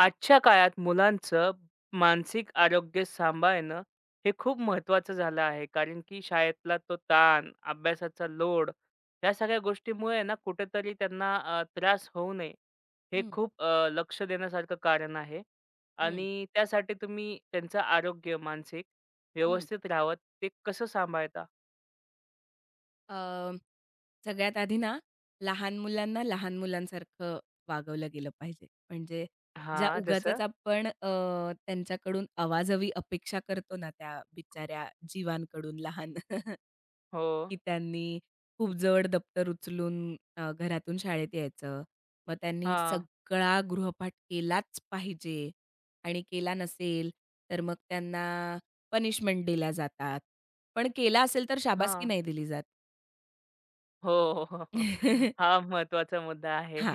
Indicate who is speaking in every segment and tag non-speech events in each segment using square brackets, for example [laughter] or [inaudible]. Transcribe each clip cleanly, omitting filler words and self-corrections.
Speaker 1: आजच्या काळात मुलांचं मानसिक आरोग्य सांभाळणं हे खूप महत्वाचं झालं आहे. कारण की शाळेतला तो ताण, अभ्यासाचा लोड या सगळ्या गोष्टीमुळे ना कुठेतरी त्यांना त्रास होऊ नये, हे
Speaker 2: हं,
Speaker 1: खूप लक्ष देण्यासारखं कारण आहे.
Speaker 2: हं,
Speaker 1: आणि त्यासाठी तुम्ही त्यांचं आरोग्य मानसिक
Speaker 2: हं.
Speaker 1: व्यवस्थित राहावं ते कसं सांभाळता?
Speaker 2: अ, सगळ्यात आधी ना, लहान मुलांना लहान मुलांसारखं वागवलं गेलं पाहिजे. म्हणजे ज्या
Speaker 1: हां,
Speaker 2: उगाचच
Speaker 1: जसं?
Speaker 2: आपण त्यांच्याकडून आवाजवी अपेक्षा करतो ना, त्या बिचाऱ्या जीवांकडून लहान [laughs]
Speaker 1: हो.
Speaker 2: की त्यांनी खूप जड दप्तर उचलून घरातून शाळेत यायचं. मग त्यांनी
Speaker 1: हां,
Speaker 2: सगळा गृहपाठ केलाच पाहिजे आणि केला नसेल, तर मग त्यांना पनिशमेंट दिल्या जातात. पण केला असेल तर शाबासकी
Speaker 1: हां.
Speaker 2: नाही दिली जात.
Speaker 1: हो, हो, हो.
Speaker 2: [laughs]
Speaker 1: हा महत्वाचा मुद्दा आहे.
Speaker 2: हां.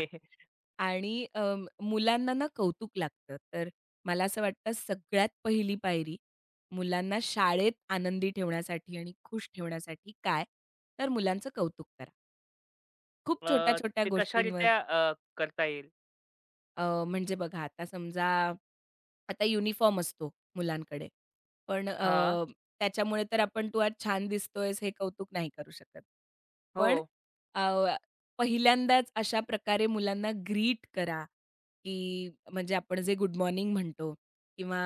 Speaker 2: आणि मुलांना ना कौतुक लागतं. तर मला असं वाटतं सगळ्यात पहिली पायरी मुलांना शाळेत आनंदी ठेवण्यासाठी आणि खुश ठेवण्यासाठी काय? तर मुलांचं कौतुक करा. खूप छोट्या-छोट्या
Speaker 1: ते
Speaker 2: गोष्टींवर.
Speaker 1: कशारीत्या करता येईल.
Speaker 2: म्हणजे बघा आता समजा आता युनिफॉर्म असतो मुलांकडे. पण
Speaker 1: हां.
Speaker 2: अ, त्याच्यामुळे तर आपण "तू आज छान दिसतोयस" हे कौतुक नाही करू शकत.
Speaker 1: हो.
Speaker 2: पण अ, पहिल्यांदाच अशा प्रकारे मुलांना ग्रीट करा, की म्हणजे आपण जे गुड मॉर्निंग म्हणतो किंवा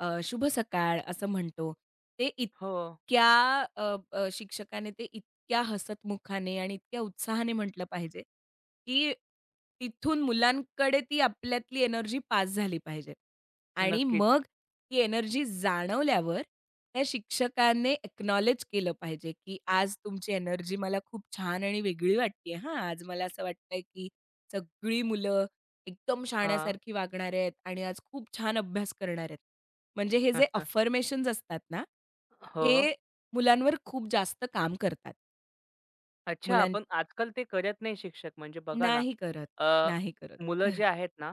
Speaker 2: शुभ सकाळ असं म्हणतो. ते
Speaker 1: हो.
Speaker 2: इतक्या अ, अ, शिक्षकाने ते इतक्या हसतमुखाने आणि इतक्या उत्साहाने म्हटलं पाहिजे, की तिथून मुलांकडे ती आपल्यातली एनर्जी पास झाली पाहिजे. आणि
Speaker 1: नक्कीच.
Speaker 2: मग ती एनर्जी जाणवल्यावर त्या शिक्षकाने अॅकनॉलेज केलं पाहिजे, की आज तुमची एनर्जी मला खूप छान आणि वेगळी वाटतेय हां. आज मला असं वाटतंय, की सगळी मुलं एकदम
Speaker 1: हां.
Speaker 2: शहाण्यासारखी वागणार आहेत आणि आज खूप छान अभ्यास करणार आहेत. म्हणजे हे जे
Speaker 1: [laughs]
Speaker 2: अफर्मेशन्स असतात ना,
Speaker 1: हो.
Speaker 2: हे मुलांवर खूप जास्त काम करतात.
Speaker 1: अच्छा.
Speaker 2: मुलां
Speaker 1: पण आजकाल ते करत नाही शिक्षक. म्हणजे बघा ना,
Speaker 2: नाही करत,
Speaker 1: अ,
Speaker 2: नाही करत.
Speaker 1: मुलं जे
Speaker 2: [laughs]
Speaker 1: आहेत ना,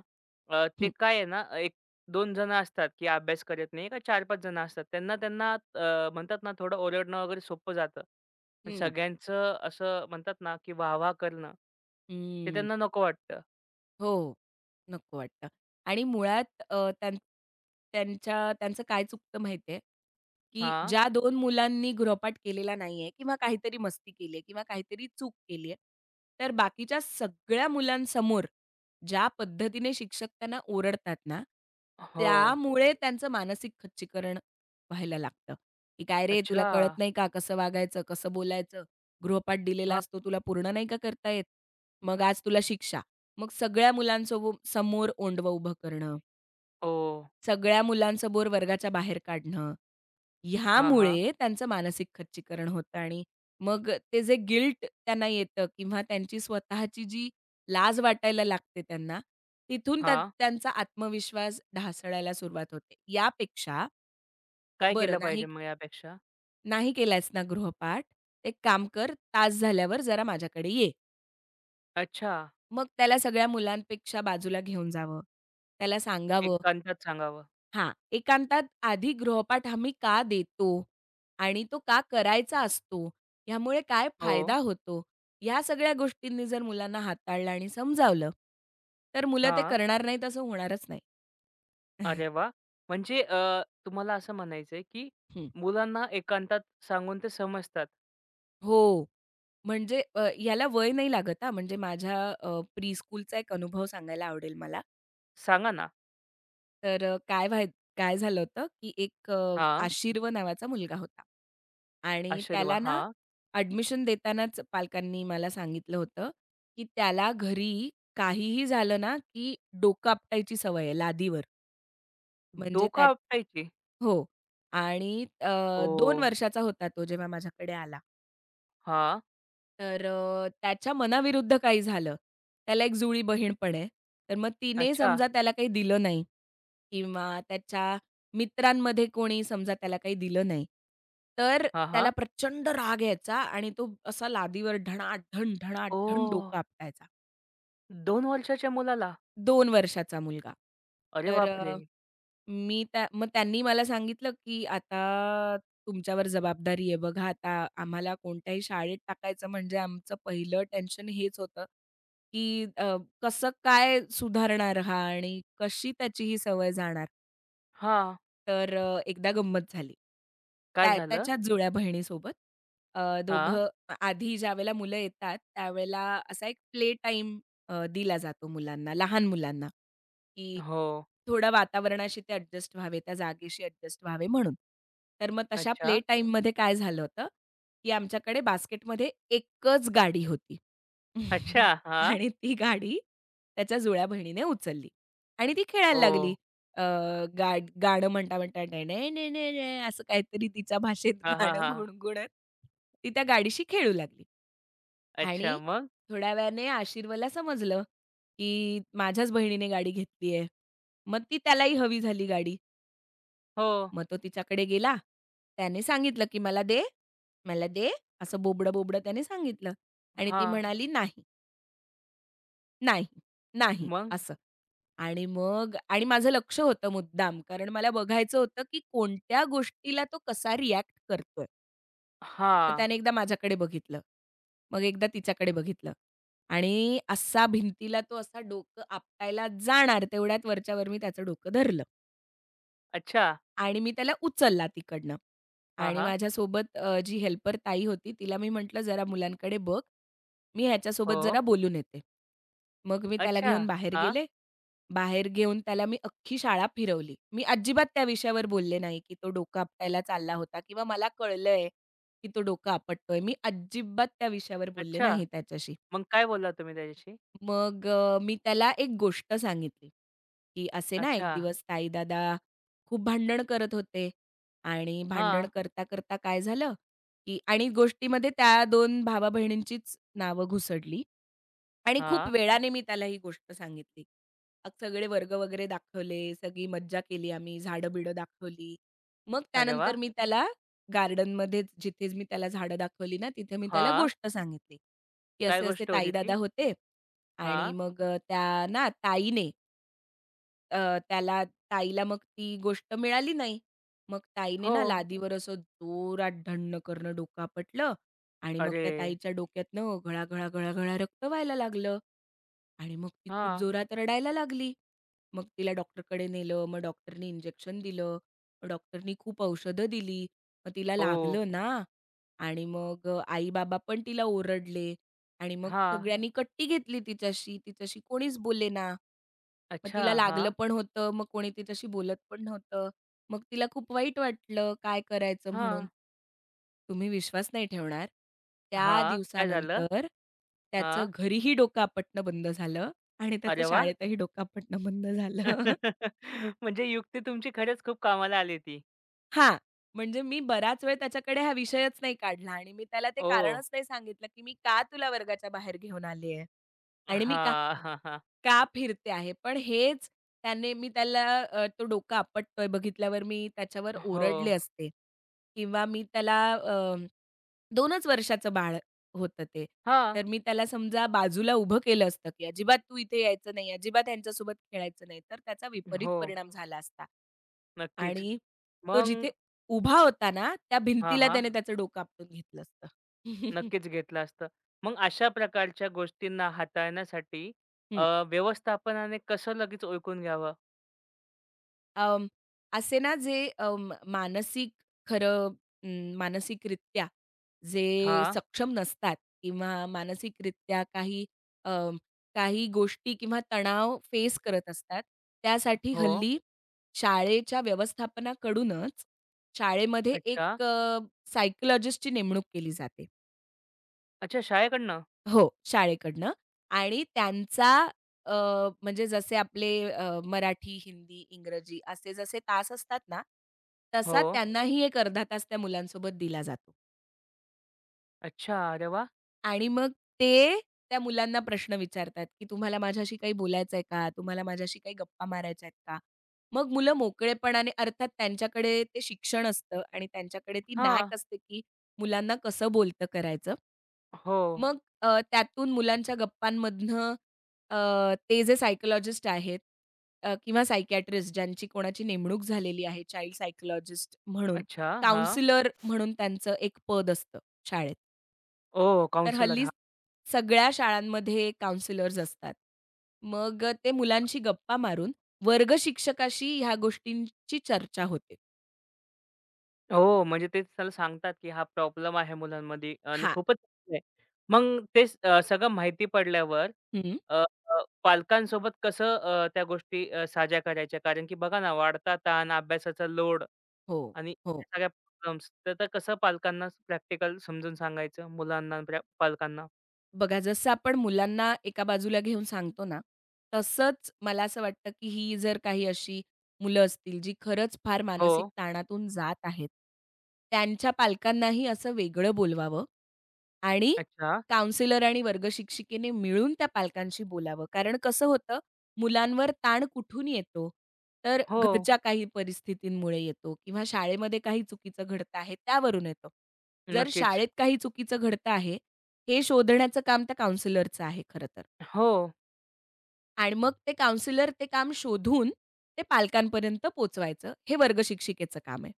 Speaker 1: ते
Speaker 2: हं,
Speaker 1: काय आहे ना, 1-2 जण असतात, की अभ्यास करत नाही का चार 5 जण असतात. त्यांना त्यांना म्हणतात ना, थोडं ओरडणं वगैरे सोपं जातं. पण
Speaker 2: हं.
Speaker 1: सगळ्यांचं असं म्हणतात ना, की वाह-वाह करणं, ते त्यांना नको वाटतं.
Speaker 2: हो. नको वाटतं आणि मुळात अ, त्यां त्यांच्या त्यांचं काय चुकतं माहिती आहे, की
Speaker 1: हां.
Speaker 2: ज्या 2 मुलांनी गृहपाठ केलेला नाहीये किंवा काहीतरी मस्ती केली आहे किंवा काहीतरी चूक केली आहे, तर बाकीच्या सगळ्या मुलांसमोर ज्या पद्धतीने शिक्षक त्यांना ओरडतात ना,
Speaker 1: हो.
Speaker 2: त्यामुळे त्यांचं मानसिक खच्चीकरण व्हायला लागतं, की "काय रे तुला
Speaker 1: अच्छा.
Speaker 2: कळत नाही का कसं वागायचं, कसं बोलायचं? गृहपाठ दिलेला
Speaker 1: हां.
Speaker 2: असतो तुला पूर्ण नाही का करता येत? मग आज तुला शिक्षा." मग सगळ्या मुलांसोबो समोर ओंडवं उभं करणं,
Speaker 1: हो.
Speaker 2: सगळ्या मुलांसमोर वर्गाच्या बाहेर काढणं,
Speaker 1: हां, हां.
Speaker 2: ह्यामुळे त्यांचं मानसिक खच्चीकरण होतं आणि मग ते जे गिल्ट त्यांना येतं किंवा त्यांची स्वतःची जी लाज वाटायला लागते त्यांना, तिथून त्या
Speaker 1: हां.
Speaker 2: त्यांचा आत्मविश्वास ढासळायला सुरुवात होते. यापेक्षा
Speaker 1: काय
Speaker 2: बरं
Speaker 1: केलं पाहिजे
Speaker 2: नाही
Speaker 1: मग यापेक्षा?
Speaker 2: नाही केलायस ना गृहपाठ, एक काम कर तास झाल्यावर जरा माझ्याकडे ये.
Speaker 1: अच्छा,
Speaker 2: मग त्याला सगळ्या मुलांपेक्षा बाजूला घेऊन जावं. त्याला सांगावं
Speaker 1: एकांतात सांगावं.
Speaker 2: हां, एकांतात आधी गृहपाठ आम्ही का देतो आणि तो का करायचा असतो, ह्यामुळे काय
Speaker 1: हो.
Speaker 2: फायदा होतो, ह्या सगळ्या गोष्टींनी जर मुलांना हाताळलं आणि समजावलं, तर मुलं ते
Speaker 1: हां.
Speaker 2: करणार नाहीत असं होणारच नाही.
Speaker 1: अरे वाह! म्हणजे तुम्हाला असं म्हणायचंय, की
Speaker 2: हं,
Speaker 1: मुलांना एकांतात सांगून ते समजतात.
Speaker 2: हो. म्हणजे याला वय नाही लागत हां, म्हणजे माझ्या प्रीस्कूलचा एक अनुभव सांगायला आवडेल मला.
Speaker 1: सांगा ना.
Speaker 2: तर अ, काय व्हाय काय झालं होतं, की एक
Speaker 1: हां.
Speaker 2: आशीर्व नावाचा मुलगा होता आणि
Speaker 1: अशर्व.
Speaker 2: त्याला ना
Speaker 1: हां.
Speaker 2: ॲडमिशन देतानाच पालकांनी मला सांगितलं होतं, की त्याला घरी काहीही झालं ना, की डोकं आपटायची सवय आहे लादीवर. म्हणजे
Speaker 1: डोकं
Speaker 2: त्या
Speaker 1: आपटायची.
Speaker 2: हो आणि अ, 2
Speaker 1: ओह!
Speaker 2: वर्षाचा होता तो जेव्हा माझ्याकडे आला.
Speaker 1: हां.
Speaker 2: त्याच्या मनाविरुद्ध काही झालं. त्याला एक जुळी बहीण पण आहे. तर मग तिने
Speaker 1: अच्छा.
Speaker 2: समजा त्याला काही दिलं नाही किंवा त्याच्या मित्रांमध्ये कोणी समजा त्याला काही दिलं नाही. तर
Speaker 1: हां,
Speaker 2: त्याला
Speaker 1: हां.
Speaker 2: प्रचंड राग यायचा आणि तो असा लादीवर ढणाढण, ढणाढण
Speaker 1: ओह!
Speaker 2: डोकं आपटायचा.
Speaker 1: 2 वर्षाच्या मुलाला?
Speaker 2: 2 वर्षाचा मुलगा.
Speaker 1: अरे
Speaker 2: तर
Speaker 1: बापरे!
Speaker 2: अ मी त्या मग त्यांनी मला सांगितलं, की "आता तुमच्यावर जबाबदारी आहे. बघा आता आम्हाला कोणत्याही शाळेत टाकायचं म्हणजे आमचं पहिलं टेन्शन हेच होतं, की कसं काय सुधारणार हा आणि कशी त्याची ही सवय जाणार?"
Speaker 1: हां.
Speaker 2: एकदा गंमत झाली.
Speaker 1: काय
Speaker 2: त्या
Speaker 1: झालं?
Speaker 2: त्याच्याच जुळ्या बहिणीसोबत
Speaker 1: हां.
Speaker 2: दोघं आधी ज्यावेळेला मुलं येतात, त्यावेळेला असा एक प्ले टाईम दिला जातो मुलांना, लहान मुलांना, की
Speaker 1: हो.
Speaker 2: थोडं वातावरणाशी ते ॲडजस्ट व्हावे, त्या जागेशी ॲडजस्ट व्हावे म्हणून. तर मग तशा प्ले
Speaker 1: अच्छा.
Speaker 2: टाईममध्ये काय झालं होतं, की आमच्याकडे बास्केटमध्ये एकच गाडी होती.
Speaker 1: अच्छा.
Speaker 2: [laughs]
Speaker 1: हां.
Speaker 2: आणि ती गाडी त्याच्या जुळ्या बहिणीने उचलली आणि ती खेळायला
Speaker 1: ओह!
Speaker 2: लागली. अ, गाड गाणं म्हणता, म्हणता ने ने डे डे डे" असं काहीतरी तिच्या भाषेत
Speaker 1: हां, हां,
Speaker 2: [laughs] गाणं
Speaker 1: हां.
Speaker 2: गुणगुणत ती त्या गाडीशी खेळू लागली
Speaker 1: अच्छा.
Speaker 2: आणि
Speaker 1: मग?
Speaker 2: थोड्या वेळाने आशिरवला समजलं, की माझ्याच बहिणीने गाडी घेतली आहे. मग ती त्यालाही हवी झाली गाडी.
Speaker 1: हो.
Speaker 2: मग तो तिच्याकडे गेला. त्याने सांगितलं, की "मला दे, मला दे." असं बोबडं-बोबडं त्याने सांगितलं आणि ती
Speaker 1: हां.
Speaker 2: म्हणाली "नाही." नाही, नाही
Speaker 1: मग?
Speaker 2: असं. आणि मग माझं लक्ष होतं मुद्दाम, कारण मला बघायचं होतं, की कोणत्या गोष्टीला तो कसा रिॲक्ट करतोय. तर
Speaker 1: हां.
Speaker 2: त्याने एकदा माझ्याकडे बघितलं. मग एकदा तिच्याकडे बघितलं. आणि असा भिंतीला तो असा डोकं आपटायला जाणार तेवढ्यात वरच्यावर मी त्याचं डोकं धरलं.
Speaker 1: अच्छा.
Speaker 2: आणि मी त्याला उचलला तिकडनं
Speaker 1: हां,
Speaker 2: आणि
Speaker 1: हां.
Speaker 2: माझ्यासोबत जी हेल्पर ताई होती तिला मी म्हटलं, "जरा मुलांकडे बघ, मी ह्याच्यासोबत जरा
Speaker 1: हो.
Speaker 2: बोलून येते." मग मी त्याला
Speaker 1: अच्छा.
Speaker 2: घेऊन बाहेर
Speaker 1: हां.
Speaker 2: गेले. बाहेर घेऊन त्याला मी अख्खी शाळा फिरवली. मी अजिबात त्या विषयावर बोलले नाही, की तो डोकं आपटायला चालला होता किंवा मला कळलंय, की तो डोकं आपटतोय. मी अजिबात त्या विषयावर बोलले
Speaker 1: अच्छा.
Speaker 2: नाही त्याच्याशी.
Speaker 1: मग काय बोलला तुम्ही त्याच्याशी?
Speaker 2: मग मी त्याला एक गोष्ट सांगितली, की असे ना एक
Speaker 1: अच्छा.
Speaker 2: दिवस ताई-दादा खूप भांडण करत होते आणि भांडण
Speaker 1: हां.
Speaker 2: करता-करता काय झालं, की आणि गोष्टीमध्ये त्या दोन भावा-बहिणींचीच नावं घुसडली. आणि खूप
Speaker 1: हां.
Speaker 2: वेळाने मी त्याला ही गोष्ट सांगितली. सगळे वर्ग वगैरे दाखवले, सगळी मज्जा केली आम्ही, झाडं-बिडं दाखवली. मग
Speaker 1: अरे
Speaker 2: त्यानंतर
Speaker 1: वाह!
Speaker 2: मी त्याला गार्डनमध्येच जिथे मी त्याला झाडं दाखवली ना, तिथे मी त्याला
Speaker 1: हां.
Speaker 2: गोष्ट सांगितली, की
Speaker 1: काय
Speaker 2: असे-असे
Speaker 1: गोष्ट होती
Speaker 2: ताई-दादा
Speaker 1: ती?
Speaker 2: होते आणि
Speaker 1: हां.
Speaker 2: मग त्या ना ताईने अ, त्याला ताईला मग ती गोष्ट मिळाली नाही. मग ताईने
Speaker 1: हो.
Speaker 2: ना लादीवर असं जोरात ढण्ण करणं डोकं आपटलं आणि मग
Speaker 1: अरे!
Speaker 2: त्या ताईच्या डोक्यातनं घळा-घळा, घळा-घळा रक्त व्हायला लागलं. आणि मग ती खूप
Speaker 1: हां.
Speaker 2: जोरात रडायला लागली. मग तिला डॉक्टरकडे नेलं. मग डॉक्टरनी इंजेक्शन दिलं. मग डॉक्टरनी खूप औषधं दिली. मग तिला
Speaker 1: ओह!
Speaker 2: लागलं ना आणि मग आई-बाबा पण तिला ओरडले आणि मग
Speaker 1: हां.
Speaker 2: सगळ्यांनी कट्टी घेतली तिच्याशी. तिच्याशी कोणीच बोलेना. मग
Speaker 1: अच्छा.
Speaker 2: तिला
Speaker 1: हा,
Speaker 2: लागलं पण होतं. मग कोणी तिच्याशी बोलत पण नव्हतं. मग तिला खूप वाईट वाटलं, काय करायचं म्हणून.
Speaker 1: हां.
Speaker 2: तुम्ही विश्वास नाही ठेवणार. त्या
Speaker 1: हां. काय झालं?
Speaker 2: दिवसानंतर त्याचं
Speaker 1: हां.
Speaker 2: घरीही डोकं आपटणं बंद झालं आणि त्याचं
Speaker 1: अरे वाह!
Speaker 2: शाळेतही डोकापटणं बंद झालं.
Speaker 1: [laughs] म्हणजे युक्ती तुमची खरंच खूप कामाला आली ती.
Speaker 2: हां, म्हणजे मी बराच वेळ त्याच्याकडे हा विषयच नाही काढला आणि मी त्याला ते
Speaker 1: ओह!
Speaker 2: कारणच नाही सांगितलं, की मी का तुला वर्गाच्या बाहेर घेऊन आली आहे. आणि
Speaker 1: हां.
Speaker 2: मी का
Speaker 1: [laughs] हां, हां.
Speaker 2: का फिरते आहे? पण हेच त्याने मी त्याला अ, तो डोका आपटतोय बघितल्यावर मी त्याच्यावर
Speaker 1: हो.
Speaker 2: ओरडले असते किंवा मी त्याला 2च वर्षाचं बाळ होतं ते.
Speaker 1: हा,
Speaker 2: तर मी त्याला समजा बाजूला उभं केलं असतं, की "अजिबात तू इथे यायचं नाही, अजिबात ह्यांच्यासोबत खेळायचं नाही." तर त्याचा विपरीत
Speaker 1: हो.
Speaker 2: परिणाम झाला असता
Speaker 1: नक्कीच.
Speaker 2: आणि तो
Speaker 1: मग
Speaker 2: जिथे उभा होता ना, त्या
Speaker 1: हां,
Speaker 2: भिंतीला
Speaker 1: हां.
Speaker 2: त्याने त्याचं डोकं आपटून घेतलं असतं. [laughs]
Speaker 1: नक्कीच घेतलं असतं. मग अशा प्रकारच्या गोष्टींना हाताळण्यासाठी अ, व्यवस्थापनाने कसं लगेच ओळखून घ्यावं?
Speaker 2: अं, असे ना जे अं, मानसिक खरं अं, मानसिकरित्या जे
Speaker 1: हां.
Speaker 2: सक्षम नसतात किंवा मानसिकरित्या काही अं, काही गोष्टी किंवा तणाव फेस करत असतात, त्यासाठी
Speaker 1: हो.
Speaker 2: हल्ली शाळेच्या व्यवस्थापनाकडूनच शाळेमध्ये
Speaker 1: अच्छा.
Speaker 2: एक सायकॉलॉजिस्टची नेमणूक केली जाते.
Speaker 1: अच्छा शाळेकडनं?
Speaker 2: हो, शाळेकडनं आणि त्यांचा अ, म्हणजे जसे आपले मराठी, हिंदी, इंग्रजी असे जसे तास असतात ना, तसा
Speaker 1: हो.
Speaker 2: त्यांनाही एक अर्धा तास त्या मुलांसोबत दिला जातो
Speaker 1: अच्छा. अरे वाह!
Speaker 2: आणि मग ते त्या मुलांना प्रश्न विचारतात, की "तुम्हाला माझ्याशी काही बोलायचं आहे का? तुम्हाला माझ्याशी काही गप्पा मारायच्या आहेत का?" मग मुलं मोकळेपणाने अर्थात त्यांच्याकडे ते शिक्षण असतं आणि त्यांच्याकडे ती
Speaker 1: हां.
Speaker 2: नॅक असते, की मुलांना कसं बोलतं करायचं.
Speaker 1: हो.
Speaker 2: मग त्यातून मुलांच्या गप्पांमधनं अ, ते जे सायकॉलॉजिस्ट आहेत किंवा सायकियाट्रिस्ट ज्यांची कोणाची नेमणूक झालेली आहे चाइल्ड सायकॉलॉजिस्ट म्हणून,
Speaker 1: अच्छा. हां.
Speaker 2: काउंसलर म्हणून त्यांचं एक पद असतं शाळेत.
Speaker 1: ओ,
Speaker 2: तर
Speaker 1: काउंसलर.
Speaker 2: हल्ली
Speaker 1: हां.
Speaker 2: सगळ्या शाळांमध्ये काउंसलर्स असतात. मग ते मुलांशी गप्पा मारून वर्ग शिक्षकाशी ह्या गोष्टींची चर्चा होते.
Speaker 1: हो, म्हणजे तेच त्याला सांगतात, की हा प्रॉब्लेम आहे मुलांमध्ये आणि
Speaker 2: हां.
Speaker 1: खूपच आहे. मग तेच सगळं माहिती पडल्यावर
Speaker 2: हं.
Speaker 1: अ, अ, पालकांसोबत कसं त्या गोष्टी साझ्या करायच्या? कारण की बघा ना, वाढता ताण, अभ्यासाचा लोड
Speaker 2: हो,
Speaker 1: आणि
Speaker 2: हो.
Speaker 1: या सगळ्या प्रॉब्लेम्स. तर ते कसं पालकांना प्रॅक्टिकल समजून सांगायचं मुलांना, आणि पालकांना?
Speaker 2: बघा, जसं आपण मुलांना एका बाजूला घेऊन सांगतो ना, तसंच मला असं वाटतं, की ही जर काही अशी मुलं असतील, जी खरंच फार
Speaker 1: हो.
Speaker 2: मानसिक ताणातून जात आहेत, त्यांच्या पालकांनाही असं वेगळं बोलवावं आणि
Speaker 1: अच्छा.
Speaker 2: काउन्सिलर आणि वर्गशिक्षिकेने मिळून त्या पालकांशी बोलावं. कारण कसं होतं, मुलांवर ताण कुठून येतो? तर
Speaker 1: हो,
Speaker 2: घरच्या काही परिस्थितींमुळे येतो किंवा शाळेमध्ये काही चुकीचं घडतं आहे, त्यावरून येतो. जर
Speaker 1: नक्कीच.
Speaker 2: शाळेत काही चुकीचं घडतं आहे हे शोधण्याचं काम त्या काउन्सिलरचं आहे खरं तर.
Speaker 1: हो.
Speaker 2: आणि मग ते काउन्सिलर ते काम शोधून ते पालकांपर्यंत पोहोचवायचं, हे वर्गशिक्षिकेचं काम आहे.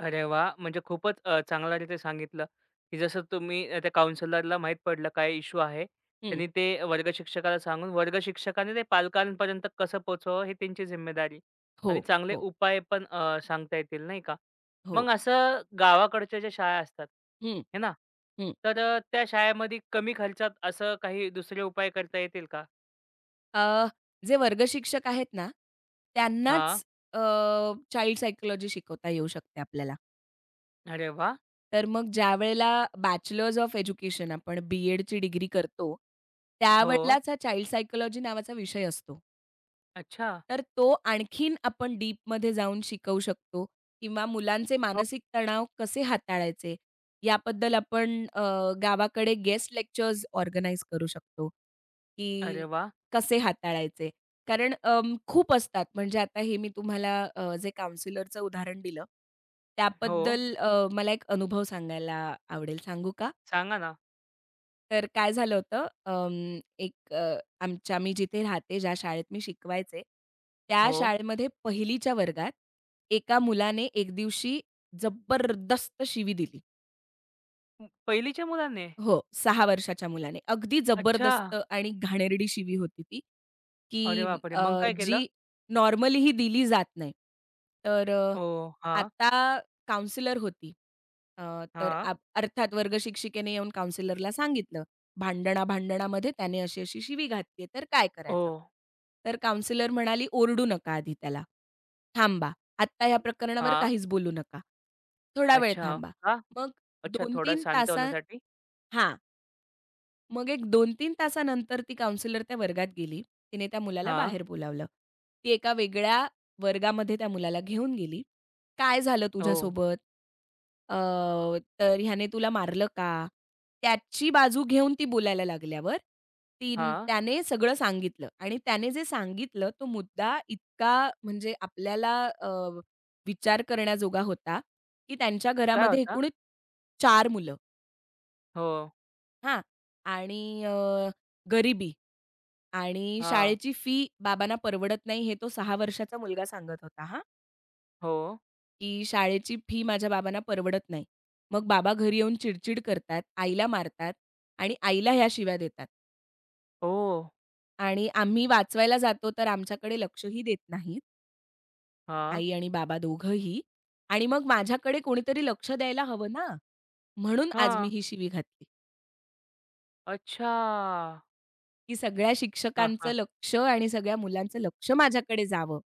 Speaker 1: अरे वाह! म्हणजे खूपच चांगल्या रीती सांगितलं, की जसं तुम्ही त्या काउन्सिलरला माहीत पडलं काय इश्यू आहे.
Speaker 2: हं.
Speaker 1: त्यांनी ते वर्ग शिक्षकाला सांगून वर्ग शिक्षकाने ते पालकांपर्यंत कसं पोहोचवावं हे त्यांची जिम्मेदारी
Speaker 2: हो,
Speaker 1: आणि चांगले
Speaker 2: हो,
Speaker 1: उपाय पण सांगता येतील नाही का?
Speaker 2: हो.
Speaker 1: मग असं गावाकडच्या ज्या शाळा असतात,
Speaker 2: हं,
Speaker 1: हे ना?
Speaker 2: हं.
Speaker 1: तर त्या शाळेमध्ये कमी खर्चात असं काही दुसरे उपाय करता येतील का?
Speaker 2: अ, जे वर्गशिक्षक आहेत ना,
Speaker 1: हां.
Speaker 2: त्यांनाच अ, चाइल्ड सायकॉलॉजी शिकवता येऊ शकते आपल्याला.
Speaker 1: अरे वाह!
Speaker 2: तर मग ज्यावेळेला बॅचलर्स ऑफ एज्युकेशन आपण बी-एडची डिग्री करतो,
Speaker 1: हो.
Speaker 2: त्यावेळेलाच हा चाइल्ड सायकॉलॉजी नावाचा विषय असतो.
Speaker 1: अच्छा.
Speaker 2: तर तो आणखीन आपण डीपमध्ये जाऊन शिकवू शकतो किंवा मुलांचे
Speaker 1: हो.
Speaker 2: मानसिक तणाव कसे हाताळायचे याबद्दल आपण गावाकडे गेस्ट लेक्चर्स ऑर्गनाइज करू शकतो,
Speaker 1: अरे
Speaker 2: की
Speaker 1: वाह!
Speaker 2: कसे हाताळायचे. कारण खूप असतात म्हणजे आता हे मी तुम्हाला जे काउंसलरचं उदाहरण दिलं,
Speaker 1: हो.
Speaker 2: त्याबद्दल मला एक अनुभव सांगायला आवडेल. सांगू का?
Speaker 1: सांगा ना.
Speaker 2: तर काय झालं होतं, आमच्या मी जिथे राहते, ज्या शाळेत मी शिकवायचे, त्या
Speaker 1: हो.
Speaker 2: शाळेमध्ये 1ली च्या वर्गात एका मुलाने एक दिवशी जबरदस्त शिवी दिली.
Speaker 1: हं, पहिलीच्या मुलाने?
Speaker 2: हो, 6 वर्षाच्या मुलाने. अगदी
Speaker 1: अच्छा.
Speaker 2: जबरदस्त आणि घाणेरडी शिवी होती ती,
Speaker 1: अरे
Speaker 2: की
Speaker 1: बापरे! मग
Speaker 2: अ,
Speaker 1: काय केलं?
Speaker 2: जी नॉर्मली ही दिली जात नाही. तर अ,
Speaker 1: ओ हां,
Speaker 2: आता काउन्सिलर होती. अ, तर
Speaker 1: हां.
Speaker 2: आप अर्थात वर्गशिक्षिकेने येऊन काउन्सिलरला सांगितलं, भांडणा-भांडणामध्ये त्याने अशी-अशी शिवी घातली तर काय करायचं?
Speaker 1: ओह!
Speaker 2: तर काउन्सिलर म्हणाली, "ओरडू नका आधी त्याला. थांबा. आत्ता या प्रकरणावर
Speaker 1: हां.
Speaker 2: काहीच बोलू नका. थोडा वेळ
Speaker 1: अच्छा.
Speaker 2: थांबा."
Speaker 1: का?
Speaker 2: मग
Speaker 1: अच्छा, थोडा
Speaker 2: 2-3
Speaker 1: शांत
Speaker 2: तासा
Speaker 1: होण्यासाठी.
Speaker 2: हां. मग एक 2 तीन तासानंतर ती काउन्सिलर त्या वर्गात गेली. तिने त्या मुलाला
Speaker 1: हां.
Speaker 2: बाहेर बोलावलं. ती एका वेगळ्या वर्गामध्ये त्या मुलाला घेऊन गेली. "काय झालं
Speaker 1: हो.
Speaker 2: तुझ्यासोबत? अ, तर ह्याने तुला मारलं का?" त्याची बाजू घेऊन ती बोलायला लागल्यावर तीन
Speaker 1: हां.
Speaker 2: त्याने सगळं सांगितलं आणि त्याने जे सांगितलं तो मुद्दा इतका म्हणजे आपल्याला अ, विचार करण्याजोगा होता, की त्यांच्या
Speaker 1: काय
Speaker 2: घरामध्ये
Speaker 1: होता?
Speaker 2: एकूण 4 मुलं.
Speaker 1: हो.
Speaker 2: हां. आणि गरिबी आणि
Speaker 1: हां.
Speaker 2: शाळेची फी बाबांना परवडत नाही, हे तो 6 वर्षाचा मुलगा सांगत होता हां,
Speaker 1: हो.
Speaker 2: की शाळेची फी माझ्या बाबांना परवडत नाही. मग बाबा घरी येऊन चिडचिड करतात, आईला मारतात आणि आईला ह्या शिव्या देतात.
Speaker 1: ओह!
Speaker 2: आणि आम्ही वाचवायला जातो, तर आमच्याकडे लक्षही देत नाहीत,
Speaker 1: हां.
Speaker 2: आई आणि बाबा दोघंही. आणि मग माझ्याकडे कोणीतरी लक्ष द्यायला हवं ना, म्हणून आज मी
Speaker 1: हां.
Speaker 2: ही शिवी घातली,
Speaker 1: अच्छा.
Speaker 2: की सगळ्या
Speaker 1: हां,
Speaker 2: शिक्षकांचं
Speaker 1: हां.
Speaker 2: लक्ष आणि सगळ्या मुलांचं लक्ष माझ्याकडे जावं.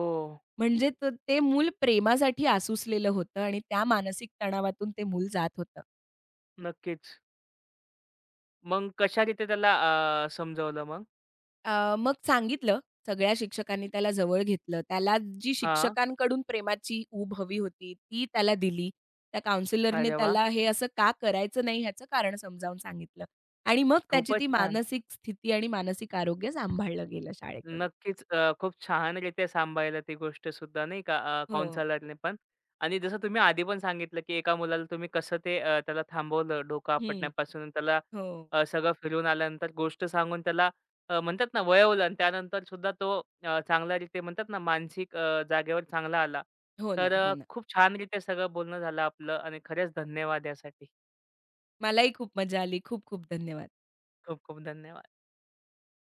Speaker 1: ओह!
Speaker 2: म्हणजे त ते मूल प्रेमासाठी आसुसलेलं होतं आणि त्या मानसिक तणावातून ते मूल जात होतं.
Speaker 1: नक्कीच. मग कशारीते त्याला समजवलं मग?
Speaker 2: मग सांगितलं सगळ्या शिक्षकांनी त्याला जवळ घेतलं. त्याला जी
Speaker 1: हां.
Speaker 2: शिक्षकांकडून प्रेमाची ऊब हवी होती, ती त्याला दिली. त्या काउन्सिलरने
Speaker 1: अरे वाह!
Speaker 2: त्याला हे असं का करायचं नाही ह्याचं कारण समजावून सांगितलं आणि मग त्याची ती
Speaker 1: खूपच छान.
Speaker 2: मानसिक स्थिती आणि मानसिक आरोग्य सांभाळलं गेलं शाळेकडून.
Speaker 1: नक्कीच खूप छानरीत्या सांभाळलं ती गोष्ट सुद्धा नाही का
Speaker 2: हो.
Speaker 1: काउन्सलरने पण. आणि जसं तुम्ही आधी पण सांगितलं, की एका मुलाला तुम्ही कसं ते त्याला थांबवलं डोकं
Speaker 2: हं.
Speaker 1: आपटण्यापासून आणि त्याला
Speaker 2: हो.
Speaker 1: सगळं फिरून आल्यानंतर गोष्ट सांगून त्याला म्हणतात ना वळवलं आणि त्यानंतर सुद्धा तो चांगल्यारीत्या म्हणतात ना मानसिक जागेवर चांगला आला.
Speaker 2: हो ना,
Speaker 1: तर
Speaker 2: हो ना.
Speaker 1: खूप छानरीत्या सगळं बोलणं झालं आपलं आणि खरंच धन्यवाद यासाठी.
Speaker 2: मलाही खूप मजा आली. खूप खूप धन्यवाद.
Speaker 1: खूप खूप धन्यवाद.